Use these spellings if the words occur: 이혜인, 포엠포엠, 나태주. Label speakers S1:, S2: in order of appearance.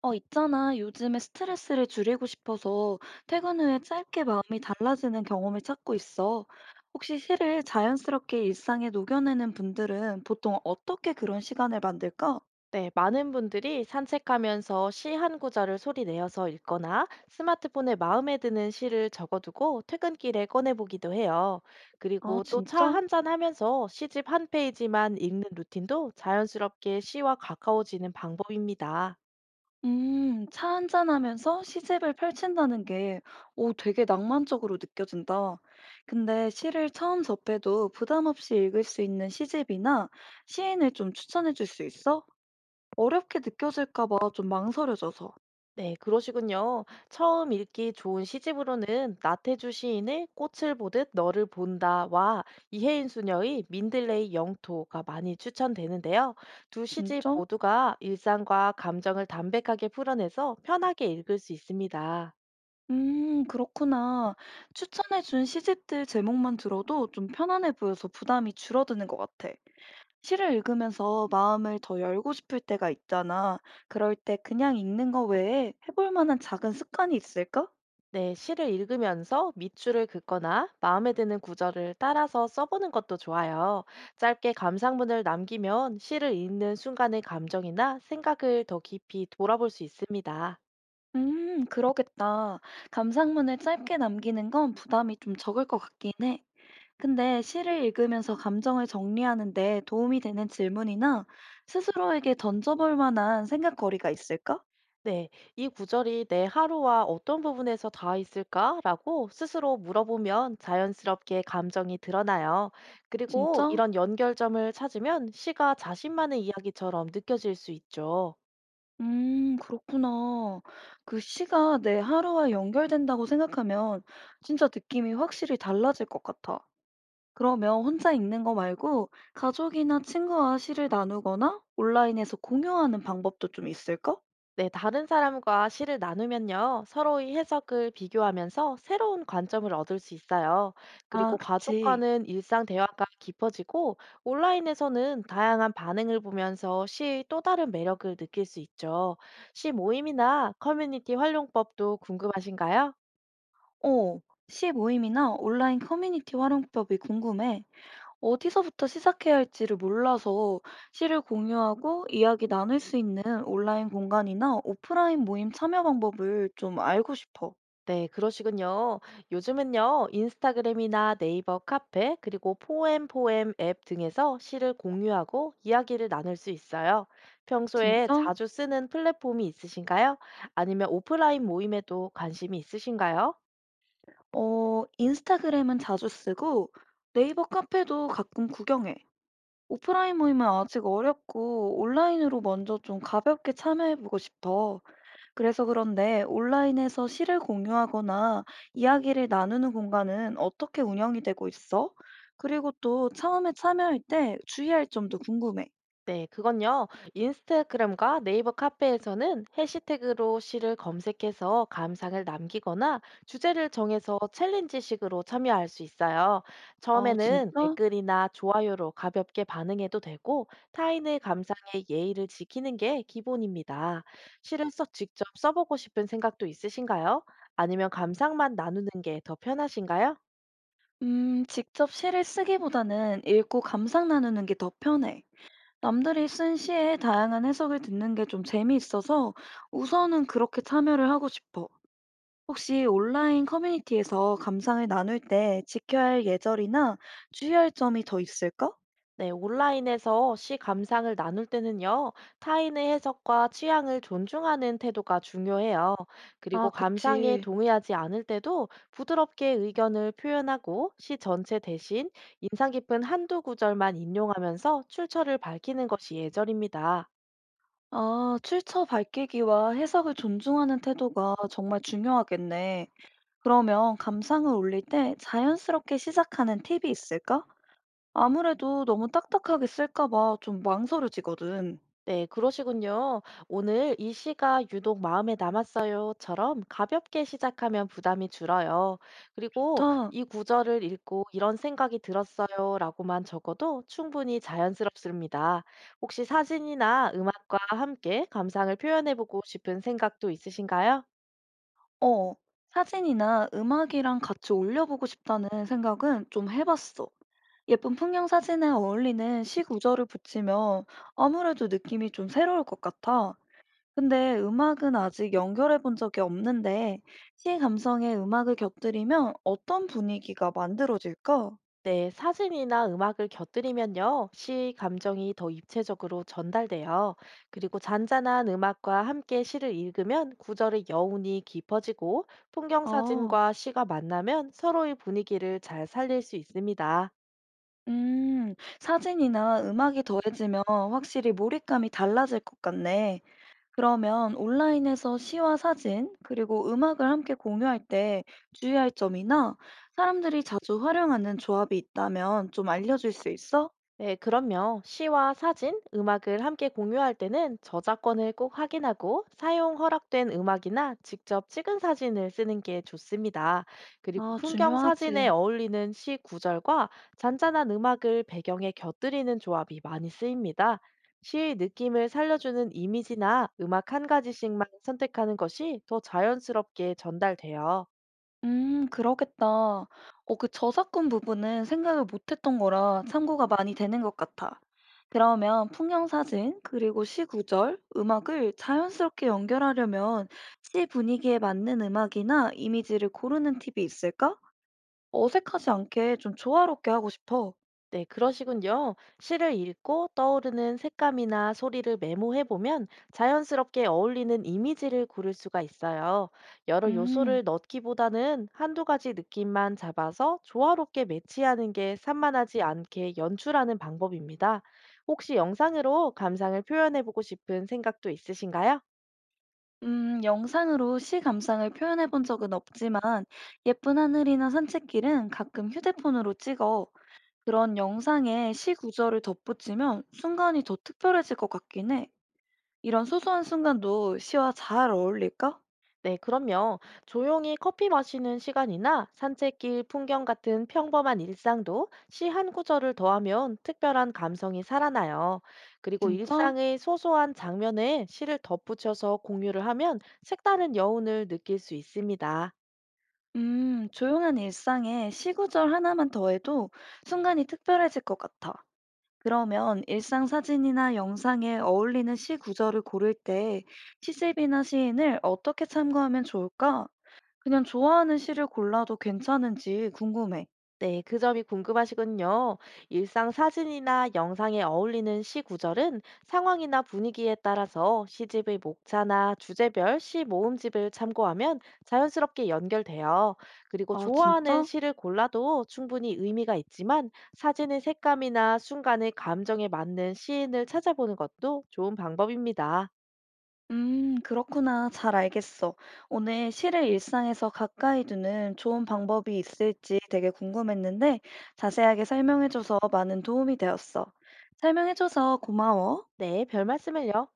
S1: 어, 있잖아. 요즘에 스트레스를 줄이고 싶어서 퇴근 후에 짧게 마음이 달라지는 경험을 찾고 있어. 혹시 시를 자연스럽게 일상에 녹여내는 분들은 보통 어떻게 그런 시간을 만들까?
S2: 네, 많은 분들이 산책하면서 시 한 구절을 소리 내어서 읽거나 스마트폰에 마음에 드는 시를 적어두고 퇴근길에 꺼내보기도 해요.
S1: 아,
S2: 그리고 또 차
S1: 진짜?
S2: 한잔 하면서 시집 한 페이지만 읽는 루틴도 자연스럽게 시와 가까워지는 방법입니다.
S1: 차 한잔하면서 시집을 펼친다는 게, 오, 되게 낭만적으로 느껴진다. 근데 시를 처음 접해도 부담 없이 읽을 수 있는 시집이나 시인을 좀 추천해 줄 수 있어? 어렵게 느껴질까 봐 좀 망설여져서.
S2: 네, 그러시군요. 처음 읽기 좋은 시집으로는 나태주 시인의 꽃을 보듯 너를 본다와 이혜인 수녀의 민들레이 영토가 많이 추천되는데요. 두 시집
S1: 진짜?
S2: 모두가 일상과 감정을 담백하게 풀어내서 편하게 읽을 수 있습니다.
S1: 그렇구나. 추천해준 시집들 제목만 들어도 좀 편안해 보여서 부담이 줄어드는 것 같아. 시를 읽으면서 마음을 더 열고 싶을 때가 있잖아. 그럴 때 그냥 읽는 거 외에 해볼 만한 작은 습관이 있을까?
S2: 네, 시를 읽으면서 밑줄을 긋거나 마음에 드는 구절을 따라서 써보는 것도 좋아요. 짧게 감상문을 남기면 시를 읽는 순간의 감정이나 생각을 더 깊이 돌아볼 수 있습니다.
S1: 그러겠다. 감상문을 짧게 남기는 건 부담이 좀 적을 것 같긴 해. 근데 시를 읽으면서 감정을 정리하는데 도움이 되는 질문이나 스스로에게 던져볼 만한 생각거리가 있을까?
S2: 네, 이 구절이 내 하루와 어떤 부분에서 닿아 있을까라고 스스로 물어보면 자연스럽게 감정이 드러나요. 그리고
S1: 진짜?
S2: 이런 연결점을 찾으면 시가 자신만의 이야기처럼 느껴질 수 있죠.
S1: 그렇구나. 그 시가 내 하루와 연결된다고 생각하면 진짜 느낌이 확실히 달라질 것 같아. 그러면 혼자 읽는 거 말고 가족이나 친구와 시를 나누거나 온라인에서 공유하는 방법도 좀 있을까?
S2: 네, 다른 사람과 시를 나누면요, 서로의 해석을 비교하면서 새로운 관점을 얻을 수 있어요.
S1: 아,
S2: 그리고
S1: 그치.
S2: 가족과는 일상 대화가 깊어지고, 온라인에서는 다양한 반응을 보면서 시의 또 다른 매력을 느낄 수 있죠. 시 모임이나 커뮤니티 활용법도 궁금하신가요?
S1: 어, 시 모임이나 온라인 커뮤니티 활용법이 궁금해. 어디서부터 시작해야 할지를 몰라서 시를 공유하고 이야기 나눌 수 있는 온라인 공간이나 오프라인 모임 참여 방법을 좀 알고 싶어.
S2: 네, 그러시군요. 요즘은요, 인스타그램이나 네이버 카페, 그리고 포엠포엠 앱 등에서 시를 공유하고 이야기를 나눌 수 있어요. 평소에
S1: 진짜?
S2: 자주 쓰는 플랫폼이 있으신가요? 아니면 오프라인 모임에도 관심이 있으신가요?
S1: 어, 인스타그램은 자주 쓰고 네이버 카페도 가끔 구경해. 오프라인 모임은 아직 어렵고 온라인으로 먼저 좀 가볍게 참여해보고 싶어. 그래서 그런데 온라인에서 시를 공유하거나 이야기를 나누는 공간은 어떻게 운영이 되고 있어? 그리고 또 처음에 참여할 때 주의할 점도 궁금해.
S2: 네, 그건요. 인스타그램과 네이버 카페에서는 해시태그로 시를 검색해서 감상을 남기거나 주제를 정해서 챌린지식으로 참여할 수 있어요.
S1: 아,
S2: 처음에는
S1: 진짜?
S2: 댓글이나 좋아요로 가볍게 반응해도 되고 타인의 감상에 예의를 지키는 게 기본입니다. 시를 써 직접 써보고 싶은 생각도 있으신가요? 아니면 감상만 나누는 게 더 편하신가요?
S1: 직접 시를 쓰기보다는 읽고 감상 나누는 게 더 편해. 남들이 쓴 시에 다양한 해석을 듣는 게 좀 재미있어서 우선은 그렇게 참여를 하고 싶어. 혹시 온라인 커뮤니티에서 감상을 나눌 때 지켜야 할 예절이나 주의할 점이 더 있을까?
S2: 네, 온라인에서 시 감상을 나눌 때는요, 타인의 해석과 취향을 존중하는 태도가 중요해요. 그리고
S1: 아,
S2: 감상에
S1: 그치.
S2: 동의하지 않을 때도 부드럽게 의견을 표현하고 시 전체 대신 인상 깊은 한두 구절만 인용하면서 출처를 밝히는 것이 예절입니다.
S1: 아, 출처 밝히기와 해석을 존중하는 태도가 정말 중요하겠네. 그러면 감상을 올릴 때 자연스럽게 시작하는 팁이 있을까? 아무래도 너무 딱딱하게 쓸까 봐 좀 망설여지거든.
S2: 네, 그러시군요. 오늘 이 시가 유독 마음에 남았어요처럼 가볍게 시작하면 부담이 줄어요. 그리고
S1: 좋다.
S2: 이 구절을 읽고 이런 생각이 들었어요라고만 적어도 충분히 자연스럽습니다. 혹시 사진이나 음악과 함께 감상을 표현해보고 싶은 생각도 있으신가요?
S1: 어, 사진이나 음악이랑 같이 올려보고 싶다는 생각은 좀 해봤어. 예쁜 풍경 사진에 어울리는 시구절을 붙이면 아무래도 느낌이 좀 새로울 것 같아. 근데 음악은 아직 연결해 본 적이 없는데 시 감성에 음악을 곁들이면 어떤 분위기가 만들어질까?
S2: 네, 사진이나 음악을 곁들이면요, 시 감정이 더 입체적으로 전달돼요. 그리고 잔잔한 음악과 함께 시를 읽으면 구절의 여운이 깊어지고, 풍경
S1: 아,
S2: 사진과 시가 만나면 서로의 분위기를 잘 살릴 수 있습니다.
S1: 음, 사진이나 음악이 더해지면 확실히 몰입감이 달라질 것 같네. 그러면 온라인에서 시와 사진, 그리고 음악을 함께 공유할 때 주의할 점이나 사람들이 자주 활용하는 조합이 있다면 좀 알려줄 수 있어?
S2: 네, 그럼요. 시와 사진, 음악을 함께 공유할 때는 저작권을 꼭 확인하고 사용 허락된 음악이나 직접 찍은 사진을 쓰는 게 좋습니다. 그리고
S1: 아,
S2: 풍경 사진에
S1: 중요하지.
S2: 어울리는 시 구절과 잔잔한 음악을 배경에 곁들이는 조합이 많이 쓰입니다. 시의 느낌을 살려주는 이미지나 음악 한 가지씩만 선택하는 것이 더 자연스럽게 전달돼요.
S1: 그러겠다. 어, 그 저작권 부분은 생각을 못했던 거라 참고가 많이 되는 것 같아. 그러면 풍경 사진, 그리고 시 구절, 음악을 자연스럽게 연결하려면 시 분위기에 맞는 음악이나 이미지를 고르는 팁이 있을까? 어색하지 않게 좀 조화롭게 하고 싶어.
S2: 네, 그러시군요. 시를 읽고 떠오르는 색감이나 소리를 메모해 보면 자연스럽게 어울리는 이미지를 고를 수가 있어요. 여러
S1: 음,
S2: 요소를 넣기보다는 한두 가지 느낌만 잡아서 조화롭게 매치하는 게 산만하지 않게 연출하는 방법입니다. 혹시 영상으로 감상을 표현해 보고 싶은 생각도 있으신가요?
S1: 영상으로 시 감상을 표현해 본 적은 없지만 예쁜 하늘이나 산책길은 가끔 휴대폰으로 찍어. 그런 영상에 시 구절을 덧붙이면 순간이 더 특별해질 것 같긴 해. 이런 소소한 순간도 시와 잘 어울릴까?
S2: 네, 그럼요. 조용히 커피 마시는 시간이나 산책길 풍경 같은 평범한 일상도 시 한 구절을 더하면 특별한 감성이 살아나요. 그리고
S1: 진짜?
S2: 일상의 소소한 장면에 시를 덧붙여서 공유를 하면 색다른 여운을 느낄 수 있습니다.
S1: 조용한 일상에 시 구절 하나만 더해도 순간이 특별해질 것 같아. 그러면 일상 사진이나 영상에 어울리는 시 구절을 고를 때 시집이나 시인을 어떻게 참고하면 좋을까? 그냥 좋아하는 시를 골라도 괜찮은지 궁금해.
S2: 네, 그 점이 궁금하시군요. 일상 사진이나 영상에 어울리는 시 구절은 상황이나 분위기에 따라서 시집의 목차나 주제별 시 모음집을 참고하면 자연스럽게 연결돼요. 그리고
S1: 아,
S2: 좋아하는
S1: 진짜?
S2: 시를 골라도 충분히 의미가 있지만 사진의 색감이나 순간의 감정에 맞는 시인을 찾아보는 것도 좋은 방법입니다.
S1: 그렇구나. 잘 알겠어. 오늘 시를 일상에서 가까이 두는 좋은 방법이 있을지 되게 궁금했는데 자세하게 설명해줘서 많은 도움이 되었어. 설명해줘서 고마워.
S2: 네, 별 말씀을요.